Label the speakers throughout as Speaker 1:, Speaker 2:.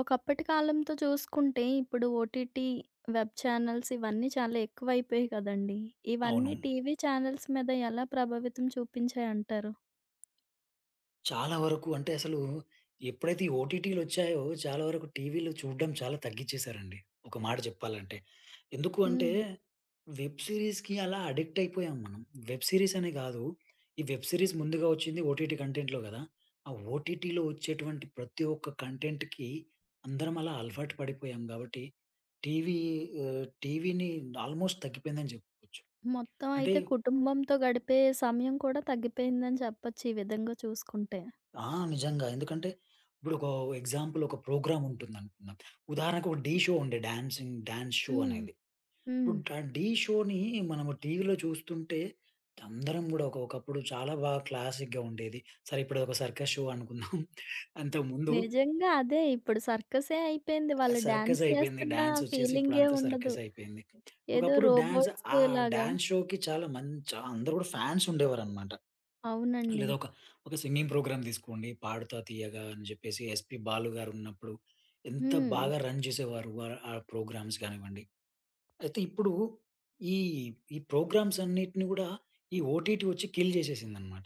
Speaker 1: ఒకప్పటి కాలంతో చూసుకుంటే ఇప్పుడు ఓటీటీ వెబ్ ఛానల్స్ ఇవన్నీ చాలా ఎక్కువైపోయాయి కదండీ.
Speaker 2: అవును.
Speaker 1: ఇవన్నీ టీవీ ఛానల్స్ మీద ఎలా ప్రభావితం చూపించాయంటారు?
Speaker 2: చాలా వరకు అంటే అసలు ఎప్పుడైతే ఈ ఓటీటీలొచ్చాయో చాలా వరకు టీవీలో చూడడం చాలా తగ్గిచ్చేశారండి. ఒక మాట చెప్పాలంటే. ఎందుకు అంటే
Speaker 1: హ్మ్.
Speaker 2: వెబ్ సీరీస్‌కి అలా అడిక్ట్ అయిపోయాం మనం. వెబ్ సీరీస్ అనే కాదు. ఈ వెబ్ సీరీస్ ముందుగా వచ్చింది ఓటీటీ కంటెంట్‌లో కదా! ఆ ఓటీటీలో వచ్చేటువంటి ప్రతి ఒక్క కంటెంట్‌కి అందరం అలా అలవాటు పడిపోయాం కాబట్టి టీవీ టీవీని ఆల్‌మోస్ట్ తగ్గిపోయిందని చెప్పుకోవచ్చు.
Speaker 1: మొత్తం
Speaker 2: అంటే
Speaker 1: అయితే కుటుంబంతో గడిపే సమయం కూడా తగ్గిపోయిందని చెప్పొచ్చు ఈ విధంగా చూసుకుంటే.
Speaker 2: ఆ! నిజంగా. ఎందుకంటే ఇప్పుడు ఒక ఎగ్జాంపుల్ ఒక ప్రోగ్రామ్ ఉంటుందనుకుందాం. ఉదాహరణకు ఒక ఢీ షో ఉండే డాన్సింగ్ డాన్స్ షో
Speaker 1: హ్మ్.
Speaker 2: అనేది.
Speaker 1: హ్మ్.
Speaker 2: ఇప్పుడు ఢీ షోని మనము టీవీలో చూస్తుంటే అందరం గూడా ఒకప్పుడు చాలా బాగా క్లాసిక్‌గా ఉండేది. సరే ఇప్పుడదొక సర్కస్ షో అనుకుందాం. అంతకుముందు
Speaker 1: నిజంగా అదే. ఇప్పుడు సర్కసే అయిపోయింది. వాళ్ళు
Speaker 2: సర్కస్
Speaker 1: డాన్స్
Speaker 2: అయిపోయింది.
Speaker 1: చేస్తున్న
Speaker 2: డాన్స్ వచ్చేసి
Speaker 1: ఫీలింగే
Speaker 2: ఇప్పుడంతా
Speaker 1: ఉండదు.
Speaker 2: సర్కస్ అయిపోయింది.
Speaker 1: ఏదో
Speaker 2: ఒకప్పుడు డాన్స్
Speaker 1: రోబోట్స్
Speaker 2: ఆ
Speaker 1: లాగా.
Speaker 2: డాన్స్ షోకి చాలా మంచి అందరూ గూడా ఫ్యాన్స్ ఉండేవారనమాట.
Speaker 1: అవునండి.
Speaker 2: లేదా ఒక, ఒక సింగింగ్ ప్రోగ్రామ్ తీసుకోండి 'పాడుతా తీయగా' అని జెప్పేసి ఎస్‌పీ బాలు గారున్నప్పుడు ఎంత
Speaker 1: హ్మ్.
Speaker 2: బాగా రన్ చేసేవారు. ఆ ప్రోగ్రామ్స్ గానివ్వండి. అయితే ఇప్పుడు ఈ, ఈ ప్రోగ్రామ్స్ అన్నిటిని గూడా ఈ ఓటీటీ వచ్చి కిల్ జేసేసిందనమాట.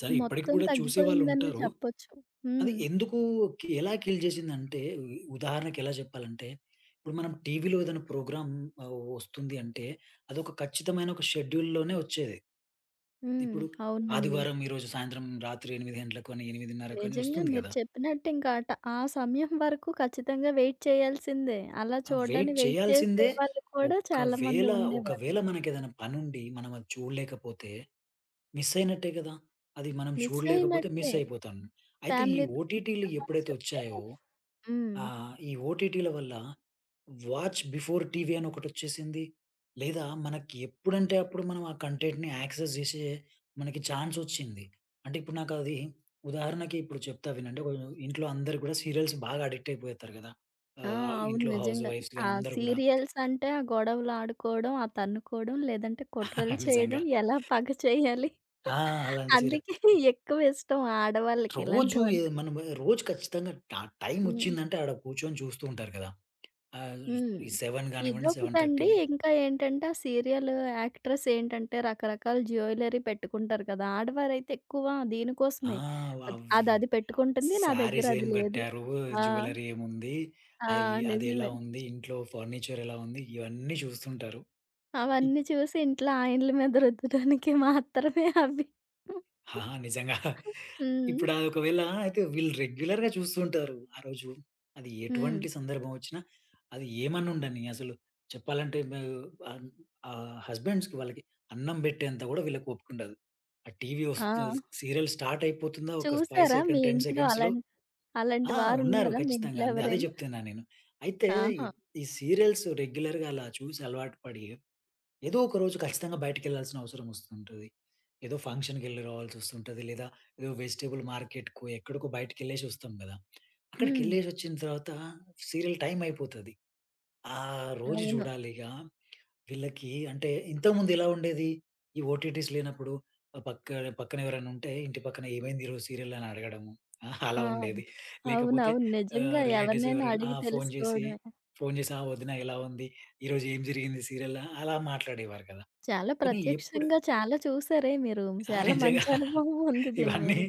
Speaker 2: సరే ఇప్పటికి
Speaker 1: మొత్తం
Speaker 2: గూడా
Speaker 1: తగ్గిపోయిందనే
Speaker 2: చూసేవాళ్ళుంటారు.
Speaker 1: చెప్పొచ్చు.
Speaker 2: అది
Speaker 1: హ్మ్.
Speaker 2: ఎందుకు కి ఎలా కిల్ జేసిందంటే ఉదాహరణకి ఎలా జెప్పాలంటే, ఇప్పుడు మనం టీవీలో ఏదైనా ప్రోగ్రామ్ వస్తుంది అంటే అదొక ఖచ్చితమైన ఒక షెడ్యూల్‌లోనే వచ్చేది.
Speaker 1: హ్మ్.
Speaker 2: ఇప్పుడు
Speaker 1: అవునండి.
Speaker 2: ఆదివారం ఈరోజు సాయంత్రం రాత్రి 8 గంటలకని, 8:30కని
Speaker 1: నిజంగా
Speaker 2: వస్తుంది
Speaker 1: మీరు
Speaker 2: గదా!
Speaker 1: చెప్పినట్టు ఇంకా ఆ సమయం వరకు ఖచ్చితంగా వెయిట్ చేయాల్సిందే. అలా
Speaker 2: ఆ వెయిట్
Speaker 1: చూడ్డానికి వెయిట్
Speaker 2: చేయాల్సిందే
Speaker 1: చేసేవాళ్ళు కూడా చాలామంది
Speaker 2: ఒక్కవేళ,
Speaker 1: ఉండేవారు.
Speaker 2: ఒకవేళ మనకేదైనా పనుండి మనం అది చూడలేకపోతే మిస్ అయినట్టే గదా! అది మనం
Speaker 1: మిస్
Speaker 2: చూడలేకపోతే మిస్
Speaker 1: అయినట్టే.
Speaker 2: అయిపోతాం. అయితే ఈ
Speaker 1: ఫ్యామిలీతో
Speaker 2: ఓటీటీలు
Speaker 1: వద్దామని
Speaker 2: ఎప్పుడైతే
Speaker 1: చెప్తే
Speaker 2: వచ్చాయో
Speaker 1: హ్మ్.
Speaker 2: ఈ ఓటీటీల వల్ల వాచ్ బిఫోర్ టీవీ అని ఒకటొచ్చేసింది. లేదా మనకి ఎప్పుడంటే అప్పుడు మనం ఆ కంటెంట్‌ని యాక్సెస్ జేసే మనకి ఛాన్స్ ఒచ్చింది. అంటే ఇప్పుడు నాకది ఉదాహరణకి ఇప్పుడు చెప్తా వినండి. ఒక ఇంట్లో అందరూ గూడా సీరియల్స్ బాగా అడిక్ట్ అయిపోతారు గదా!
Speaker 1: ఆ! అవును.
Speaker 2: ఇంట్లో హౌస్
Speaker 1: నిజంగా.
Speaker 2: వైఫ్స్
Speaker 1: ఆ
Speaker 2: గాని అందరూ గూడా
Speaker 1: సీరియల్స్ అంటే ఆ గొడవలు ఆడుకోవడం, ఆ తన్నుకోవడం, లేదంటే కుట్రలు
Speaker 2: నిజంగా.
Speaker 1: చేయడం, ఎలా పగ చేయాలి.
Speaker 2: ఆ! అలాంటి సీరియల్.
Speaker 1: అందుకే ఎక్కువ ఇష్టం ఆడవాళ్ళకి
Speaker 2: రోజు ఏ
Speaker 1: ఇలాంటివంటే.
Speaker 2: మనం రోజు ఖచ్చితంగా
Speaker 1: హ్మ్.
Speaker 2: టైమొచ్చిందంటే ఆడ కూర్చొని చూస్తూ ఉంటారు గదా! ఆహ్,
Speaker 1: హ్మ్.
Speaker 2: ఈ 7 గానివ్వండి 7:30
Speaker 1: ఇదొకటండి. ఇంకా ఏంటంటే, ఆ సీరియల్ యాక్ట్రెస్ ఏంటంటే, రకరకాల జ్యువెలరీ పెట్టుకుంటారు కదా! ఆడవారైతే ఎక్కువ
Speaker 2: ఆ!
Speaker 1: దీనికోసమే.
Speaker 2: వావ్!
Speaker 1: అదది పెట్టుకుంటుంది. నా దగ్గర
Speaker 2: శారీస్ ఏం
Speaker 1: అది లేదు.
Speaker 2: గట్టారు?
Speaker 1: ఆ!
Speaker 2: జ్యువెలరీ ఏముంది?
Speaker 1: ఆ!
Speaker 2: అదెలా
Speaker 1: నిజమే.
Speaker 2: ఉంది? ఇంట్లో ఫర్నిచర్ ఎలా ఉంది? ఇవన్నీ చూస్తుంటారు. ఇప్
Speaker 1: అవన్నీ చూసి ఇంట్లో ఆయన్ల మీద రుద్దడానికి మాత్రమే అవి.
Speaker 2: ఆహా! నిజంగా.
Speaker 1: హ్మ్.
Speaker 2: ఇప్పుడు అది ఒకవేళ అయితే వీళ్ళు రెగ్యులర్‌గా చూస్తుంటారు. ఆ రోజు అది
Speaker 1: హ్మ్.
Speaker 2: ఎటువంటి సందర్భం ఒచ్చినా, అది ఏమన్నా ఉండని అసలు చెప్పాలంటే అన్ హస్బెండ్స్‌కి వాళ్ళకి అన్నం బెట్టేంత గూడా వీళ్ళకి ఓపికుండదు. ఆ టీవీ ఒస్తు
Speaker 1: ఆ!
Speaker 2: సీరియల్ స్టార్ట్ అయిపోతుందా ఒక 5
Speaker 1: చూసారా మీ
Speaker 2: సెకండ్, 10
Speaker 1: ఇంట్లో
Speaker 2: సెకండ్స్‌లో
Speaker 1: అలాంటి అలాంటి
Speaker 2: ఆ! ఉన్నారు.
Speaker 1: వారున్నారా మీ
Speaker 2: ఖచ్చితంగా.
Speaker 1: ఇంట్లో
Speaker 2: అదే
Speaker 1: ఎవరైనా?
Speaker 2: చెప్తున్నా నేను. అయితే ఈ
Speaker 1: ఆహా!
Speaker 2: ఈ సీరియల్స్ రెగ్యులర్‌గా అలా చూసి అలవాటు పడి, ఏదో ఒక రోజు ఖచ్చితంగా బయటికెళ్ళాల్సిన అవసరం వస్తుంటది. ఏదో ఫంక్షన్‌కెళ్ళి రావాల్సొస్తుంటది. లేదా ఏదో వెజిటబుల్ మార్కెట్‌కో, ఎక్కడికో బయటికెళ్ళేసి వస్తాం గదా!
Speaker 1: హ్మ్.
Speaker 2: అక్కడికెళ్ళేసొచ్చిన తర్వాత సీరియల్ టైం అయిపోతది. ఆ రోజు
Speaker 1: అవును.
Speaker 2: చూడాలిగా వీళ్ళకి అంటే ఇంతకుముందు ఎలా ఉండేది? ఈ ఓటీటీస్ లేనప్పుడు ఆహ్, పక్క పక్కన ఎవరైనా ఉంటే ఇంటి పక్కన ఏమైంది ఈరోజు సీరియల్ అని అడగడము. ఆ! అలా
Speaker 1: ఆ!
Speaker 2: ఉండేది. లేకపోతే
Speaker 1: అవునవును. నిజంగా
Speaker 2: రిలేటివ్స్
Speaker 1: ఎవరినైనా
Speaker 2: ఎవరైనా ఆ!
Speaker 1: అడిగి
Speaker 2: ఫోను చేసి,
Speaker 1: తెలుసుకోవడమే.
Speaker 2: ఫోను చేసి "ఆ! వదిన ఎలా ఉంది? ఈరోజు ఏం జరిగింది సీరియల్‌ల" అలా మాట్లాడేవారు కదా!
Speaker 1: చాలా
Speaker 2: కానీ ఎప్పుడు
Speaker 1: ప్రత్యక్షంగా చాలా చూసారే మీరు.
Speaker 2: ఆ!
Speaker 1: చాలా
Speaker 2: నిజంగా
Speaker 1: మంచి అనుభవం ఉంది దీని
Speaker 2: ఇవన్నీ
Speaker 1: మీద.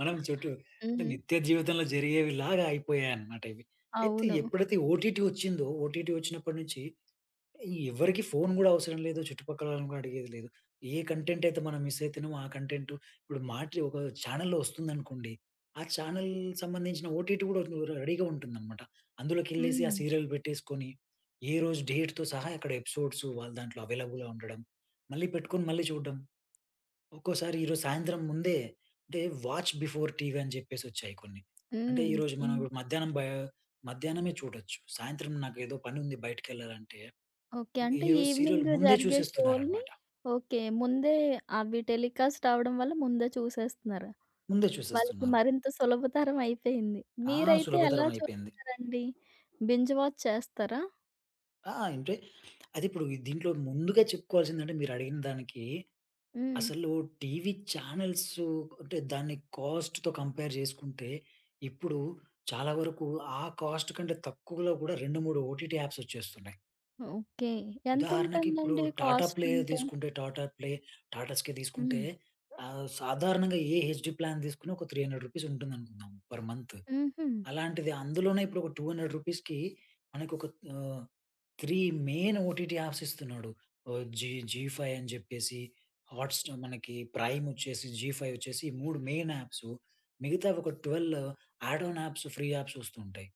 Speaker 2: మనం చుట్టూ అంటే
Speaker 1: హ్మ్.
Speaker 2: నిత్య జీవితంలో జరిగేవిలాగా అయిపోయాయన్నమాట ఇవి. అయితే
Speaker 1: అవును.
Speaker 2: ఎప్పుడైతే ఓటీటీ వచ్చిందో, ఓటీటీ వచ్చినప్పటి నుంచి ఎవ్వరికీ ఫోను గూడా అవసరం లేదు. చుట్టుపక్కల వాళ్ళని గూడా అడిగేది లేదు. ఏ కంటెంట్ అయితే మనం మిస్ అయితున్నామో, ఆ కంటెంట్ ఇప్పుడు మాటలు ఒక ఛానెల్‌లో వస్తుందనుకోండి. ఆ ఛానెల్ సంబంధించిన ఓటీటీ గూడా రెడీగా ఉంటుందన్నమాట. అందులోకెళ్ళేసి ఆ
Speaker 1: హ్మ్.
Speaker 2: సీరియల్ పెట్టేసుకొని, ఏ రోజు డేట్‌తో సహా అక్కడ ఎపిసోడ్స్ వాళ్ళ దాంట్లో అవైలబుల్‌గా ఉండడం. మళ్ళీ పెట్టుకొని మళ్ళీ చూడడం. ఒక్కోసారి ఈరోజు సాయంత్రం ముందే అంటే వాచ్ బిఫోర్ టీవీ అని జెప్పేసొచ్చాయి కొన్ని. అంటే
Speaker 1: హ్మ్.
Speaker 2: ఈరోజు
Speaker 1: ఇం
Speaker 2: మనం ఇప్పుడు మధ్యాహ్నం బ మధ్యాహ్నమే చూడొచ్చు. సాయంత్రం నాకేదో పనుంది బయటికెళ్ళాలంటే
Speaker 1: ఓకే. అంటే
Speaker 2: ఈరోజు సీరియల్
Speaker 1: ఈవినింగ్
Speaker 2: ముందే
Speaker 1: జరిగే షోల్ని
Speaker 2: చూసేస్తున్నారనమాట.
Speaker 1: ఓకే. ముందే అవి టెలికాస్ట్ అవ్వడం వల్ల ముందే చూసేస్తున్నారు.
Speaker 2: ముందే
Speaker 1: వాళ్ళకి
Speaker 2: చూసేస్తున్నారు.
Speaker 1: మరింత సులభతరం అయిపోయింది.
Speaker 2: ఆ!
Speaker 1: మీరైతే ఎలా
Speaker 2: సులభతరం అయిపోయింది.
Speaker 1: చూస్తారండి? బింజ్ వాచ్ చేస్తారా?
Speaker 2: ఆ! అంటే అది ఇప్పుడు ఈ దీంట్లో ముందుగా చెప్పుకోవాల్సిందంటే మీరడిగిన దానికి
Speaker 1: హ్మ్.
Speaker 2: అసలు టీవీ ఛానెల్స్ అంటే దాన్ని కాస్ట్‌తో కంపేర్ చేసుకుంటే ఇప్పుడు చాలా వరకు ఆ కాస్ట్ కంటే తక్కువలో కూడా 2, 3 ఓటీటీ యాప్స్ వచ్చేస్తున్నాయి.
Speaker 1: ఓకే.
Speaker 2: ఉదాహరణకి ఇప్పుడు
Speaker 1: ఎంతుంటుందండి కాస్ట్ అంటే?
Speaker 2: 'టాటా ప్లే', 'టాటా స్కై' తీసుకుంటే
Speaker 1: హ్మ్.
Speaker 2: సాధారణంగా ఏ హెచ్‌డీ ప్లాన్ తీసుకున్నా ఒక రూ. 300 ఉంటుందనుకుందాం పర్ మంత్.
Speaker 1: హుహు.
Speaker 2: అలాంటిది అందులోనే ఇప్పుడు ఒక రూ. 200కి మనకొక ఆహ్, 3 మెయిన్ ఓటీటీ యాప్స్ ఇస్తున్నాడు. ఆహ్, జీ జీ ఫైవ్ అని జెప్పేసి, హాట్‌స్టార్ మనకి ప్రైమ్ వచ్చేసి, జీ ఫైవ్ వచ్చేసి, ఈ 3 మెయిన్ యాప్స్. మిగతావి ఒక 12 add on apps, free apps వస్తుంటాయి.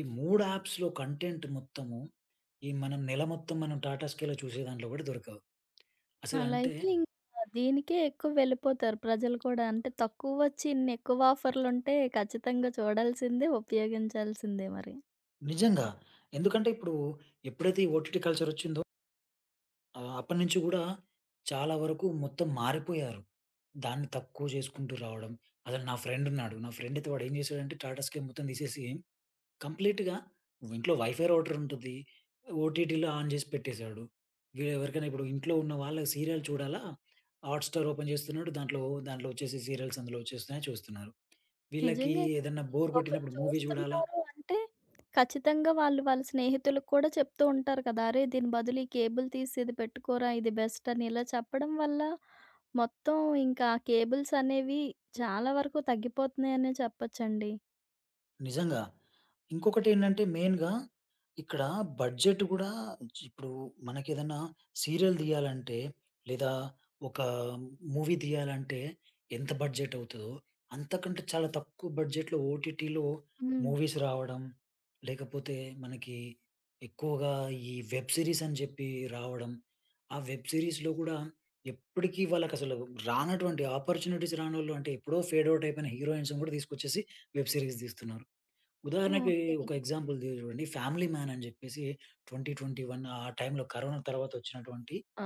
Speaker 2: ఈ 3 యాప్స్‌లో కంటెంట్ మొత్తము, ఈ మనం నెల మొత్తం మనం టాటా స్కై‌లో చూసే దాంట్లో గూడా దొరకవు.
Speaker 1: అలా
Speaker 2: అసలంటే
Speaker 1: అయితే ఇంకా దీనికే ఎక్కువ వెళ్ళిపోతారు ప్రజలు కూడా. అంటే తక్కువ వచ్చి ఇన్ని ఎక్కువ ఆఫర్‌లుంటే ఖచ్చితంగా చూడాల్సిందే, ఉపయోగించాల్సిందే మరి.
Speaker 2: నిజంగా. ఎందుకంటే ఇప్పుడు ఎప్పుడైతే ఈ ఓటీటీ కల్చర్ వచ్చిందో అప్పటినుంచి గూడా చాలా వరకు మొత్తం మారిపోయారు. దాన్ని తక్కువ జేసుకుంటూ రావడం. అసలు నా ఫ్రెండ్ ఉన్నాడు. నా ఫ్రెండ్ అయితే వాడేం జేసాడంటే టాటా స్కై మొత్తం తీసేసి కంప్లీట్‌గా ఇంట్లో వైఫై రౌటర్ ఉంటది. ఓటీటీలో ఆన్ జేసి పెట్టేసాడు. వీడు ఎవరికైనా ఇప్పుడు ఇంట్లో ఉన్న వాళ్ళకి సీరియల్ చూడాలా? హాట్‌స్టార్ ఓపెన్ జేస్తున్నాడు. దాంట్లో దాంట్లో వచ్చేసి సీరియల్స్ అందులో వచ్చేస్తున్నాయి చూస్తున్నారు. వీళ్ళకి
Speaker 1: నిజంగా
Speaker 2: ఏదన్నా బోర్
Speaker 1: ఒకళ్ళు
Speaker 2: కొట్టినప్పుడు మూవీ జూడాలా?
Speaker 1: చూస్తున్నారు అంటే ఖచ్చితంగా వాళ్ళు వాళ్ళ స్నేహితులకు కూడా చెప్తూ ఉంటారు కదా! "అరే! దీని బదులు ఈ కేబుల్ తీసి ఇది పెట్టుకోరా ఇది బెస్ట్" అని ఇలా చెప్పడం వల్ల మొత్తం ఇంకా కేబుల్స్ అనేవి చాలా వరకు తగ్గిపోతున్నాయనే చెప్పొచ్చండి.
Speaker 2: నిజంగా. ఇంకొకటేంటంటే మెయిన్‌గా ఇక్కడ బడ్జెట్ గూడా ఇప్పుడు మనకేదన్నా సీరియల్ తీయాలంటే, లేదా ఒక మూవీ తీయాలంటే ఎంత బడ్జెట్ అవుతదో, అంతకంటే చాలా తక్కువ బడ్జెట్‌లో ఓటీటీలో
Speaker 1: హ్మ్.
Speaker 2: మూవీస్ రావడం, లేకపోతే మనకి ఎక్కువగా ఈ వెబ్ సీరీస్ అని చెప్పి రావడం. ఆ వెబ్ సీరీస్‌లో కూడా ఎప్పటికి వాళ్ళకసలు రానటువంటి ఆపర్చునిటీస్ రానోళ్ళు అంటే ఎప్పుడో ఫేడ్ ఔట్ అయిపోయిన హీరోయిన్స్‌ని కూడా తీసుకొచ్చేసి వెబ్ సీరీస్ తీస్తున్నారు. ఉదాహరణకి
Speaker 1: ఓకే.
Speaker 2: ఒక ఎగ్జాంపుల్ ది చూడండి 'ఫ్యామిలీ మ్యాన్' అని చెప్పేసి 2021 ఆ టైంలో కరోనా తర్వాత వచ్చినటువంటి
Speaker 1: ఆ!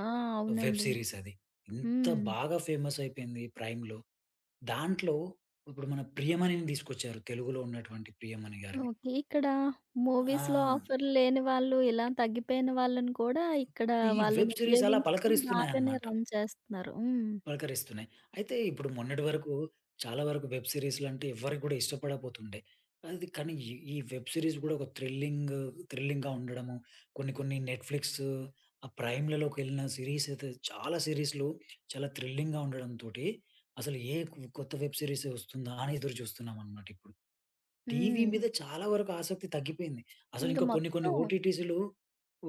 Speaker 2: వెబ్
Speaker 1: అవునండి.
Speaker 2: సీరీస్ అది. ఎంత
Speaker 1: హ్మ్.
Speaker 2: బాగా ఫేమస్ అయిపోయింది ప్రైమ్‌లో. దాంట్లో ఇప్పుడు మన 'ప్రియమణి'ని తీసుకొచ్చారు. తెలుగులో ఉన్నటువంటి 'ప్రియమణి' గారిని.
Speaker 1: ఓకే. ఇక్కడ
Speaker 2: ఆ!
Speaker 1: మూవీస్‌లో ఆఫర్లు లేని వాళ్ళు, ఇలా తగ్గిపోయిన వాళ్ళని కూడా ఇక్కడ
Speaker 2: ఈ
Speaker 1: వాళ్ళని
Speaker 2: వెబ్ సీరీస్ అలా
Speaker 1: ఉపయోగించుకొని బాగానే
Speaker 2: పలకరిస్తున్నాయన్నమాట.
Speaker 1: రన్ చేస్తున్నారు. హ్మ్.
Speaker 2: పలకరిస్తున్నాయి. అయితే ఇప్పుడు మొన్నటి వరకు చాలా వరకు వెబ్ సీరీస్‌లంటే ఎవ్వరికి కూడా ఇష్టపడపోతుండే. అది కానీ ఈ ఈ వెబ్ సీరీస్ గూడా ఒక థ్రిల్లింగ్ థ్రిల్లింగ్‌గా ఉండడము, కొన్ని కొన్ని నెట్‌ఫ్లిక్స్, ఆ ప్రైమ్‌లలోకెళ్ళిన సీరీస్ అయితే చాలా సీరీస్‌లు చాలా థ్రిల్లింగ్‌గా ఉండడంతోటి అసలు ఏ కొత్త వెబ్ సీరీస్ వస్తుందా అని ఎదురు చూస్తున్నామనమాట ఇప్పుడు. టీవీ
Speaker 1: హ్మ్.
Speaker 2: మీద చాలా వరకు ఆసక్తి తగ్గిపోయింది. అసలు
Speaker 1: ఇంక
Speaker 2: ఇంకా కొన్ని కొన్ని
Speaker 1: మొత్తం
Speaker 2: ఓటీటీస్‌లు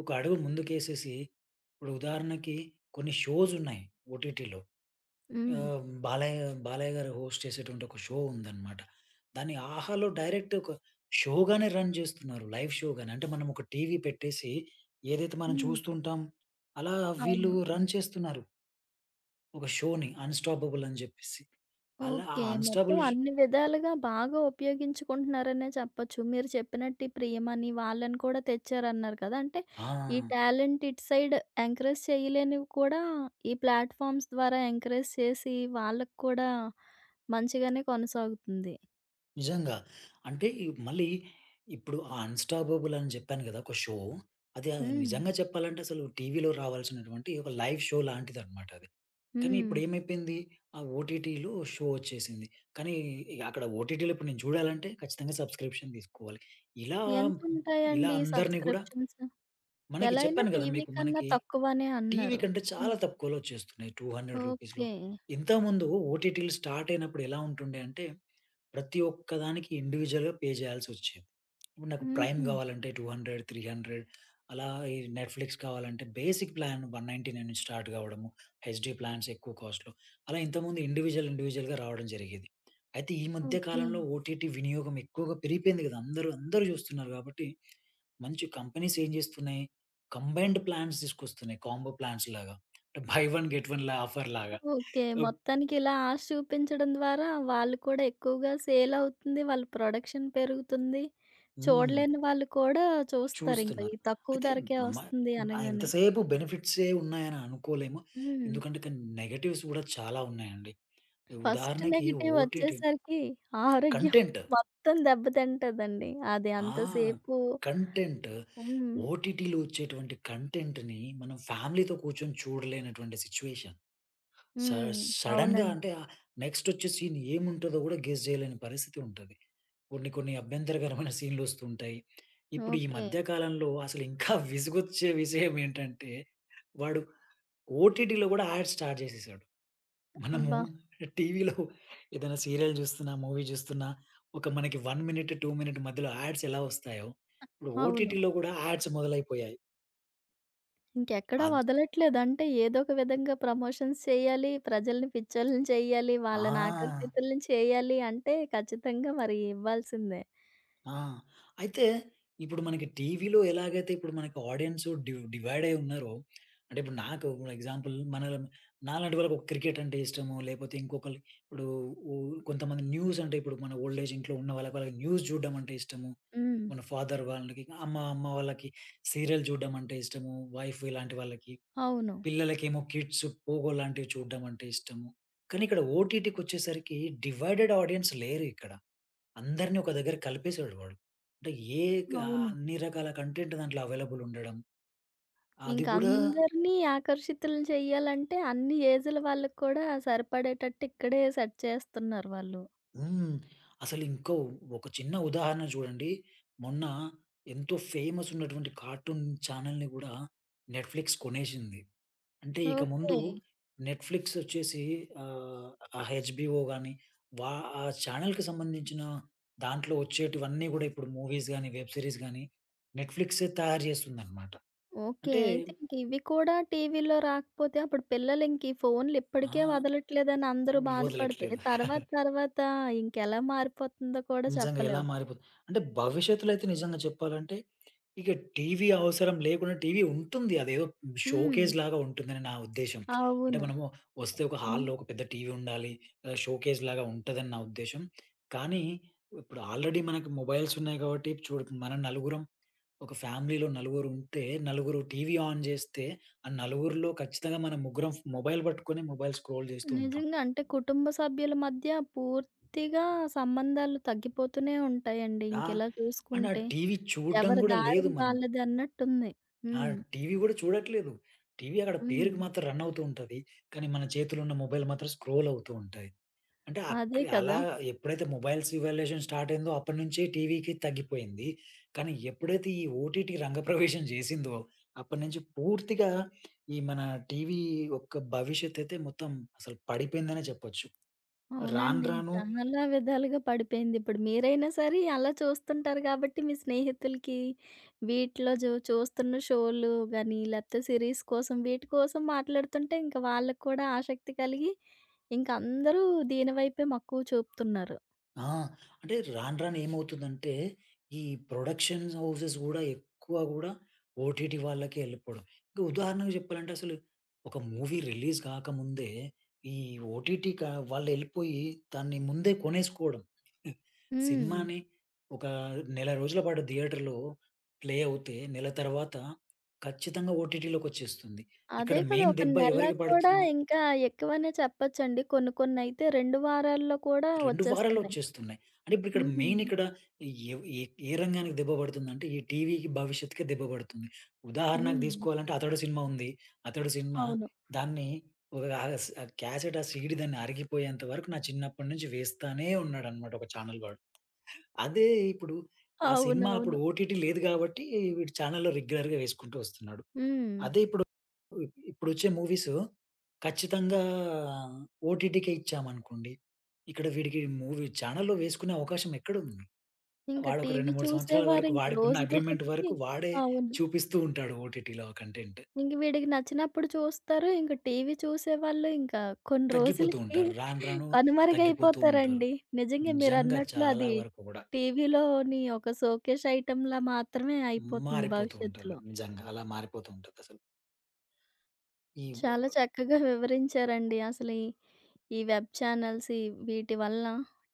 Speaker 2: ఒక అడుగు ముందుకేసేసి ఇప్పుడు ఉదాహరణకి కొన్ని షోస్ ఉన్నాయి ఓటీటీలో.
Speaker 1: హ్మ్.
Speaker 2: ఆహ్, బాలయ్య, బాలయ్య గారు హోస్ట్ చేసేటువంటి ఒక షో ఉందన్నమాట. దాన్ని 'ఆహాలో' డైరెక్ట్ ఒక షోగానే రన్ జేస్తున్నారు. లైవ్ షోగానే. అంటే మనం ఒక టీవీ పెట్టేసి ఏదైతే మనం
Speaker 1: హ్మ్.
Speaker 2: చూస్తుంటాం, అలా వీళ్ళు
Speaker 1: అవును.
Speaker 2: రన్ చేస్తున్నారు. ఒక షోని 'అన్‌స్టాపబుల్' అని జెప్పేసి. అలా ఆ
Speaker 1: ఓకే. మొత్తం
Speaker 2: 'అన్‌స్టాపబుల్' ష్
Speaker 1: అన్ని విధాలుగా బాగా ఉపయోగించుకుంటున్నారనే చెప్పొచ్చు. మీరు చెప్పినట్టు ఈ ప్రియమని వాళ్ళని కూడా తెచ్చారన్నారు కదా! అంటే
Speaker 2: ఆ!
Speaker 1: ఈ టాలెంట్ ఇటు సైడ్ ఎంకరేజ్ చేయలేనివి కూడా ఈ ప్లాట్‌ఫామ్స్ ద్వారా ఎంకరేజ్ చేసి వాళ్ళకి కూడా మంచిగానే కొనసాగుతుంది.
Speaker 2: నిజంగా. అంటే ఈ మళ్ళీ ఇప్పుడు ఆ 'అన్‌స్టాపబుల్' అని జెప్పాను గదా! ఒక షో. అది
Speaker 1: హ్మ్.
Speaker 2: నిజంగా చెప్పాలంటే అసలు టీవీలో రావాల్సినటువంటి ఒక లైవ్ షో లాంటిదన్నమాట అది. కానీ
Speaker 1: హ్మ్.
Speaker 2: ఇప్పుడేమైపోయింది, ఆ ఓటీటీలో షో ఒచ్చేసింది. కానీ ఇక అక్కడ ఓటీటీలో ఇప్పుడు నేను చూడాలంటే ఖచ్చితంగా సబ్‌స్క్రిప్షన్ తీసుకోవాలి. ఇలా ఇలా
Speaker 1: ఎంతుంటాయండి
Speaker 2: అందరిని గూడా
Speaker 1: సబ్‌స్క్రిప్షన్స్?
Speaker 2: మనకి
Speaker 1: ఎలా అయినా
Speaker 2: చెప్పాను గదా!
Speaker 1: టీవీ
Speaker 2: మీకు
Speaker 1: కన్నా
Speaker 2: మనకి
Speaker 1: తక్కువనే
Speaker 2: టీవీ
Speaker 1: అన్నారు.
Speaker 2: కంటే చాలా
Speaker 1: హ్మ్.
Speaker 2: తక్కువలో వచ్చేస్తున్నాయి. 200 రూపీస్‌లో.
Speaker 1: ఓకే.
Speaker 2: ఇంతకుముందు ఓటీటీలు స్టార్ట్ అయినప్పుడు ఎలా ఉంటుండే అంటే, ప్రతి ఒక్క దానికి ఇండివిడ్యువల్‌గా పే చేయాల్సొచ్చేది. ఇప్పుడు నాకు ప్రైమ్
Speaker 1: హుహు.
Speaker 2: కావాలంటే 200, 300 అలా ఈ నెట్‌ఫ్లిక్స్ కావాలంటే బేసిక్ ప్లాన్ 199 నుంచి స్టార్ట్ కావడము. హెచ్‌డీ ప్లాన్స్ ఎక్కువ కాస్ట్‌లో. అలా ఇంతకుముందు ఇండివిడ్యువల్‌గా రావడం జరిగేది. అయితే ఈ మధ్య
Speaker 1: ఓకే.
Speaker 2: కాలంలో ఓటీటీ వినియోగం ఎక్కువగా పెరిగిపోయింది కదా! అందరూ అందరూ చూస్తున్నారు కాబట్టి, మంచి కంపెనీస్ ఏం చేస్తున్నాయి కంబైన్డ్ ప్లాన్స్ తీసుకొస్తున్నాయి. కాంబో ప్లాన్స్‌లాగా. అంటే బై వన్ గెట్ వన్ లా ఆఫర్‌లాగా.
Speaker 1: ఓకే.
Speaker 2: ఆహ్,
Speaker 1: మొత్తానికి ఇలా ఆశ చూపించడం ద్వారా వాళ్ళు కూడా ఎక్కువగా సేల్ అవుతుంది. వాళ్ళ ప్రొడక్షన్ పెరుగుతుంది.
Speaker 2: హ్మ్.
Speaker 1: చూడలేని వాళ్ళు కూడా చూస్తారింక. ఈ
Speaker 2: చూస్తున్నారు.
Speaker 1: తక్కువ
Speaker 2: అయితే
Speaker 1: ధరకే
Speaker 2: మ
Speaker 1: వస్తుంది అనగానే.
Speaker 2: ఎంతసేపు బెనిఫిట్సే ఉన్నాయని అనుకోలేము.
Speaker 1: హ్మ్.
Speaker 2: ఎందుకంటే కానీ నెగెటివ్స్ కూడా చాలా ఉన్నాయండి.
Speaker 1: ఫస్ట్
Speaker 2: ఉదాహరణకి
Speaker 1: నెగెటివ్
Speaker 2: ఓటీటీ
Speaker 1: వచ్చేసరికి ఆరోగ్యం
Speaker 2: కంటెంట్.
Speaker 1: మొత్తం దెబ్బతింటదండి. అది
Speaker 2: ఆ!
Speaker 1: అంతసేపు
Speaker 2: కంటెంట్.
Speaker 1: హ్మ్.
Speaker 2: ఓటీటీలో వచ్చేటువంటి కంటెంట్‌ని మనం ఫ్యామిలీతో కూర్చొని చూడలేనటువంటి సిట్యుయేషన్. స
Speaker 1: హ్మ్.
Speaker 2: సడెన్‌గా
Speaker 1: అవునండి.
Speaker 2: అంటే నెక్స్టొచ్చే సీన్ ఏముంటదో గూడా గెస్ జేయలేని పరిస్థితి ఉంటది. కొన్ని కొన్ని అభ్యంతరకరమైన సీన్‌లొస్తూ ఉంటాయి. ఇప్పుడు ఈ
Speaker 1: ఓకే.
Speaker 2: మధ్య కాలంలో అసలు ఇంకా విసుగొచ్చే విషయం ఏంటంటే, వాడు ఓటీటీలో గూడా యాడ్స్ స్టార్ట్ జేసేసాడు. మనము
Speaker 1: అబ్బా!
Speaker 2: టీవీలో ఏదైనా సీరియల్ జూస్తున్నా, మూవీ జూస్తున్నా ఒక మనకి 1 మినిట్, 2 మినిట్ మధ్యలో యాడ్స్ ఎలా ఒస్తాయో, ఇప్పుడు
Speaker 1: అవును.
Speaker 2: ఓటీటీలో గూడా యాడ్స్ మొదలైపోయాయి.
Speaker 1: ఇంకెక్కడ
Speaker 2: అద్
Speaker 1: వదలట్లేదు. అంటే ఏదో ఒక విధంగా ప్రమోషన్స్ చేయాలి, ప్రజల్ని పిచ్చోల్ని చేయాలి, వాళ్ళని
Speaker 2: ఆ!
Speaker 1: ఆకర్షితుల్ని చేయాలి అంటే ఖచ్చితంగా మరి ఇవ్వాల్సిందే.
Speaker 2: ఆ! అయితే ఇప్పుడు మనకి టీవీలో ఎలాగైతే ఇప్పుడు మనకి ఆడియన్స్ డివైడ్ అయ్యి ఉన్నారో, అంటే ఇప్పుడు నాకు ఎగ్జాంపుల్ నాలాంటి వాళ్ళకి ఒక క్రికెట్ అంటే ఇష్టము. లేకపోతే ఇంకొకళ్ళు ఇప్పుడు ఉ కొంతమంది న్యూస్ అంటే ఇప్పుడు మన ఓల్డ్ ఏజ్ ఇంట్లో ఉన్న వాళ్ళకి, వాళ్ళకి న్యూస్ చూడడం అంటే ఇష్టము.
Speaker 1: హ్మ్.
Speaker 2: మన ఫాదర్ వాళ్ళకి, అమ్మ అమ్మ వాళ్ళకి సీరియల్ చూడడం అంటే ఇష్టము. వైఫ్ ఇలాంటి వాళ్ళకి.
Speaker 1: అవును.
Speaker 2: పిల్లలకేమో కిడ్స్ పోగో లాంటివి చూడడం అంటే ఇష్టము. కానీ ఇక్కడ ఓటీటీకొచ్చేసరికి డివైడెడ్ ఆడియన్స్ లేరు ఇక్కడ. అందరిని ఒక దగ్గర కలిపేసాడు వాడు. అంటే ఏ క
Speaker 1: అవును.
Speaker 2: అన్ని రకాల కంటెంట్ దాంట్లో అవైలబుల్ ఉండడం. అది
Speaker 1: ఇంక
Speaker 2: కూడా
Speaker 1: అందరిని ఆకర్షితుల్ని చేయాలంటే అన్ని ఏజుల వాళ్ళకి కూడా సరిపడేటట్టు ఇక్కడే సెట్ చేస్తున్నారు వాళ్ళు.
Speaker 2: హ్మ్. అసలు ఇంకో ఒక చిన్న ఉదాహరణ చూడండి. మొన్న ఎంతో ఫేమస్ ఉన్నటువంటి కార్టూన్ ఛానెల్‌ని కూడా నెట్‌ఫ్లిక్స్ కొనేసింది. అంటే ఇక
Speaker 1: ఓకే.
Speaker 2: ముందు నెట్‌ఫ్లిక్స్ వచ్చేసి ఆహ్, ఆ హెచ్‌బిఓ గాని, వా ఆ ఛానెల్‌కి సంబంధించిన దాంట్లో వచ్చేటివన్నీ గూడా ఇప్పుడు మూవీస్ గాని, వెబ్ సీరీస్ గాని నెట్‌ఫ్లిక్సే తయారు చేస్తుందన్నమాట.
Speaker 1: ఓకే.
Speaker 2: అంటే
Speaker 1: అయితే ఇంకివి కూడా టీవీలో రాకపోతే అప్పుడు పిల్లలింక ఈ ఫోన్‌లు
Speaker 2: ఆ!
Speaker 1: ఇప్పటికే వదలట్లేదని అందరూ బాధపడితే,
Speaker 2: వదలట్లేదు.
Speaker 1: తర్వాత తర్వాత ఇంకెలా మారిపోతుందో కూడా
Speaker 2: నిజంగా ఎలా
Speaker 1: చెప్పలేం.
Speaker 2: మారిపోతుంది. అంటే భవిష్యత్తులో అయితే నిజంగా చెప్పాలంటే, ఇక టీవీ అవసరం లేకుండా టీవీ ఉంటుంది. అదేదో
Speaker 1: హ్మ్.
Speaker 2: షోకేస్ లాగా ఉంటుందని నా ఉద్దేశ్యం. అంటే
Speaker 1: అవును.
Speaker 2: మనము వస్తే ఒక
Speaker 1: ఎందు
Speaker 2: హాల్‌లో ఒక పెద్ద టీవీ ఉండాలి. షోకేస్ లాగా ఉంటదని నా ఉద్దేశ్యం. కానీ ఇప్పుడు ఆల్రెడీ మనకు మొబైల్స్ ఉన్నాయి కాబట్టి చూడు మనం నలుగురం ఒక ఫ్యామిలీలో నలుగురు ఉంటే, నలుగురు టీవీ ఆన్ చేస్తే, ఆ నలుగురిలో ఖచ్చితంగా మనం ముగ్గురం మొబైల్ పట్టుకొని మొబైల్ స్క్రోల్ చేస్తూ ఉంటాం.
Speaker 1: నిజంగా. అంటే కుటుంబ సభ్యుల మధ్య పూర్తిగా సంబంధాలు తగ్గిపోతూనే ఉంటాయండి.
Speaker 2: ఆహ్,
Speaker 1: ఇంకిలా
Speaker 2: అండ్ ఆ
Speaker 1: చూసుకుంటే
Speaker 2: టీవీ చూడడం
Speaker 1: ఎవరి
Speaker 2: కూడా
Speaker 1: దారి
Speaker 2: లేదు మనం.
Speaker 1: వాళ్ళదన్నట్టుంది.
Speaker 2: ఆ!
Speaker 1: హ్మ్.
Speaker 2: టీవీ గూడా చూడట్లేదు. టీవీ అక్కడ పేరుకి
Speaker 1: హ్మ్.
Speaker 2: మాత్రం రన్ అవుతూ ఉంటది. కానీ మన చేతిలో ఉన్న మొబైల్ మాత్రం స్క్రోల్ అవుతూ ఉంటాయి. అంటే అక్
Speaker 1: అదే
Speaker 2: అలా
Speaker 1: కదా!
Speaker 2: ఎప్పుడైతే మొబైల్స్ ఇవాల్యుయేషన్ స్టార్ట్ అయిందో అప్పటినుంచే టీవీకి తగ్గిపోయింది. కానీ ఎప్పుడైతే ఈ ఓటీటీ రంగప్రవేశం జేసిందో అప్పటినుంచి పూర్తిగా ఈ మన టీవీ యొక్క భవిష్యత్ అయితే మొత్తం అసలు పడిపోయిందనే చెప్పొచ్చు. రాను
Speaker 1: అవునండి.
Speaker 2: రాను
Speaker 1: చాలా విధాలుగా పడిపోయింది. ఇప్పుడు మీరైనా సరే అలా చూస్తుంటారు కాబట్టి మీ స్నేహితులకి వీటిలో చూస్తున్న షోలు గాని, లేపోతే సీరీస్ కోసం వీటి కోసం మాట్లాడుతుంటే ఇంక వాళ్ళకి కూడా ఆసక్తి కలిగి ఇంక అందరూ దీని వైపే మక్కువ చూపుతున్నారు.
Speaker 2: ఆ! అంటే రాను రాను ఏమవుతుందంటే, ఈ ప్రొడక్షన్ హౌసెస్ గూడా ఎక్కువ గూడా ఓటీటీ వాళ్ళకే ఎళ్ళిపోవడం. ఇంకా ఉదాహరణకు చెప్పాలంటే అసలు ఒక మూవీ రిలీజ్ కాకముందే ఈ ఓటీటీ క వాళ్ళెళ్ళిపోయి దాన్ని ముందే కొనేసుకోవడం.
Speaker 1: హ్మ్.
Speaker 2: సినిమాని ఒక నెల రోజుల పాటు థియేటర్‌లో ప్లే అవుతే నెల తర్వాత ఖచ్చితంగా ఓటీటీలోకొచ్చేస్తుంది. ఇక్కడ
Speaker 1: అదే కదా!
Speaker 2: మెయిన్
Speaker 1: ఒక
Speaker 2: దెబ్బ
Speaker 1: నెల
Speaker 2: ఎవరికి
Speaker 1: కూడా
Speaker 2: పడుతుంది?
Speaker 1: ఇంకా ఎక్కువనే చెప్పొచ్చండి. కొన్ని కొన్నయితే 2 వారాల్లో కూడా
Speaker 2: 2 వారాల్లో
Speaker 1: వచ్చేస్తున్నాయి.
Speaker 2: వచ్చేస్తున్నాయి. అంటే ఇప్పుడు ఇక్కడ మెయిన్
Speaker 1: హ్మ్.
Speaker 2: ఇక్కడ ఎవ్ ఏ ఏ రంగానికి దెబ్బ పడుతుందంటే, ఈ టీవీకి భవిష్యత్తుకే దెబ్బ పడుతుంది. ఉదాహరణకు
Speaker 1: హ్మ్.
Speaker 2: తీసుకోవాలంటే 'అతడు' సినిమా ఉంది. 'అతడు' సినిమా
Speaker 1: అవును.
Speaker 2: దాన్ని ఒక ఆస్ ఆ క్యాసెట్, ఆ సీడీ దాన్ని అరిగిపోయేంత వరకు నా చిన్నప్పటి నుంచి వేస్తానే ఉన్నాడనమాట ఒక ఛానల్ వాడు. అదే ఇప్పుడు ఆ సినిమా అప్పుడు
Speaker 1: అవునవును.
Speaker 2: ఓటీటీ లేదు కాబట్టి వీడు ఛానల్‌లో రెగ్యులర్‌గా వేసుకుంటూ వస్తున్నాడు.
Speaker 1: హ్మ్.
Speaker 2: అదే ఇప్పుడు ఇప్పుడొచ్చే మూవీసు ఖచ్చితంగా ఓటీటీకే ఇచ్చామనుకోండి. ఇక్కడ వీడికి మూవీ ఛానల్‌లో వేసుకునే అవకాశం ఎక్కడుంది?
Speaker 1: ఇంక
Speaker 2: వాడొక 2,
Speaker 1: టీవీ
Speaker 2: 3 సంవత్సరాల వరకు
Speaker 1: చూసేవారింక
Speaker 2: వాడికున్న
Speaker 1: రోజు
Speaker 2: అగ్రీమెంట్
Speaker 1: రోజుకి
Speaker 2: వరకు వాడే
Speaker 1: అవును.
Speaker 2: చూపిస్తూ ఉంటాడు ఓటీటీలో కంటెంట్.
Speaker 1: ఇంక వీడికి నచ్చినప్పుడు చూస్తారు. ఇంక టీవీ చూసేవాళ్ళు ఇంకా కొన్ని
Speaker 2: తగ్గిపోతూ
Speaker 1: రోజులకి
Speaker 2: ఉంటారు. రాను రాను తగ్గిపోతూ ఉంటారు.
Speaker 1: కనుమరుగైపోతారండి. నిజంగా
Speaker 2: నిజంగా
Speaker 1: మీరన్నట్లు
Speaker 2: చాలా
Speaker 1: అది
Speaker 2: వరకు గూడా
Speaker 1: టీవీలోని ఒక షోకేస్ ఐటెమ్‌లా మాత్రమే అయిపోతుంది
Speaker 2: మారిపోతూ ఉంటుంది.
Speaker 1: భవిష్యత్తులో.
Speaker 2: నిజంగా అలా మారిపోతూ ఉంటదసలు. ఈ వ
Speaker 1: చాలా చక్కగా వివరించారండి. అసలు ఈ ఈ వెబ్ ఛానెల్స్ ఈ వీటి వల్ల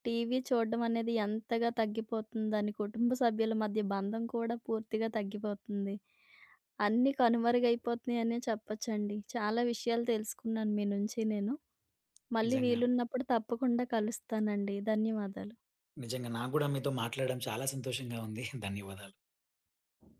Speaker 1: టీవీ చూడడం అనేది ఎంతగా తగ్గిపోతుందని కుటుంబ సభ్యుల మధ్య బంధం కూడా పూర్తిగా తగ్గిపోతుంది. అన్నీ కనుమరుగైపోతున్నాయనే చెప్పొచ్చండి. చాలా విషయాలు తెలుసుకున్నాను మీ నుంచి నేను. మళ్ళీ
Speaker 2: నిజంగా.
Speaker 1: వీలున్నప్పుడు తప్పకుండా కలుస్తానండి. ధన్యవాదాలు.
Speaker 2: నిజంగా నాకు గూడా మీతో మాట్లాడడం చాలా సంతోషంగా ఉంది. ధన్యవాదాలు.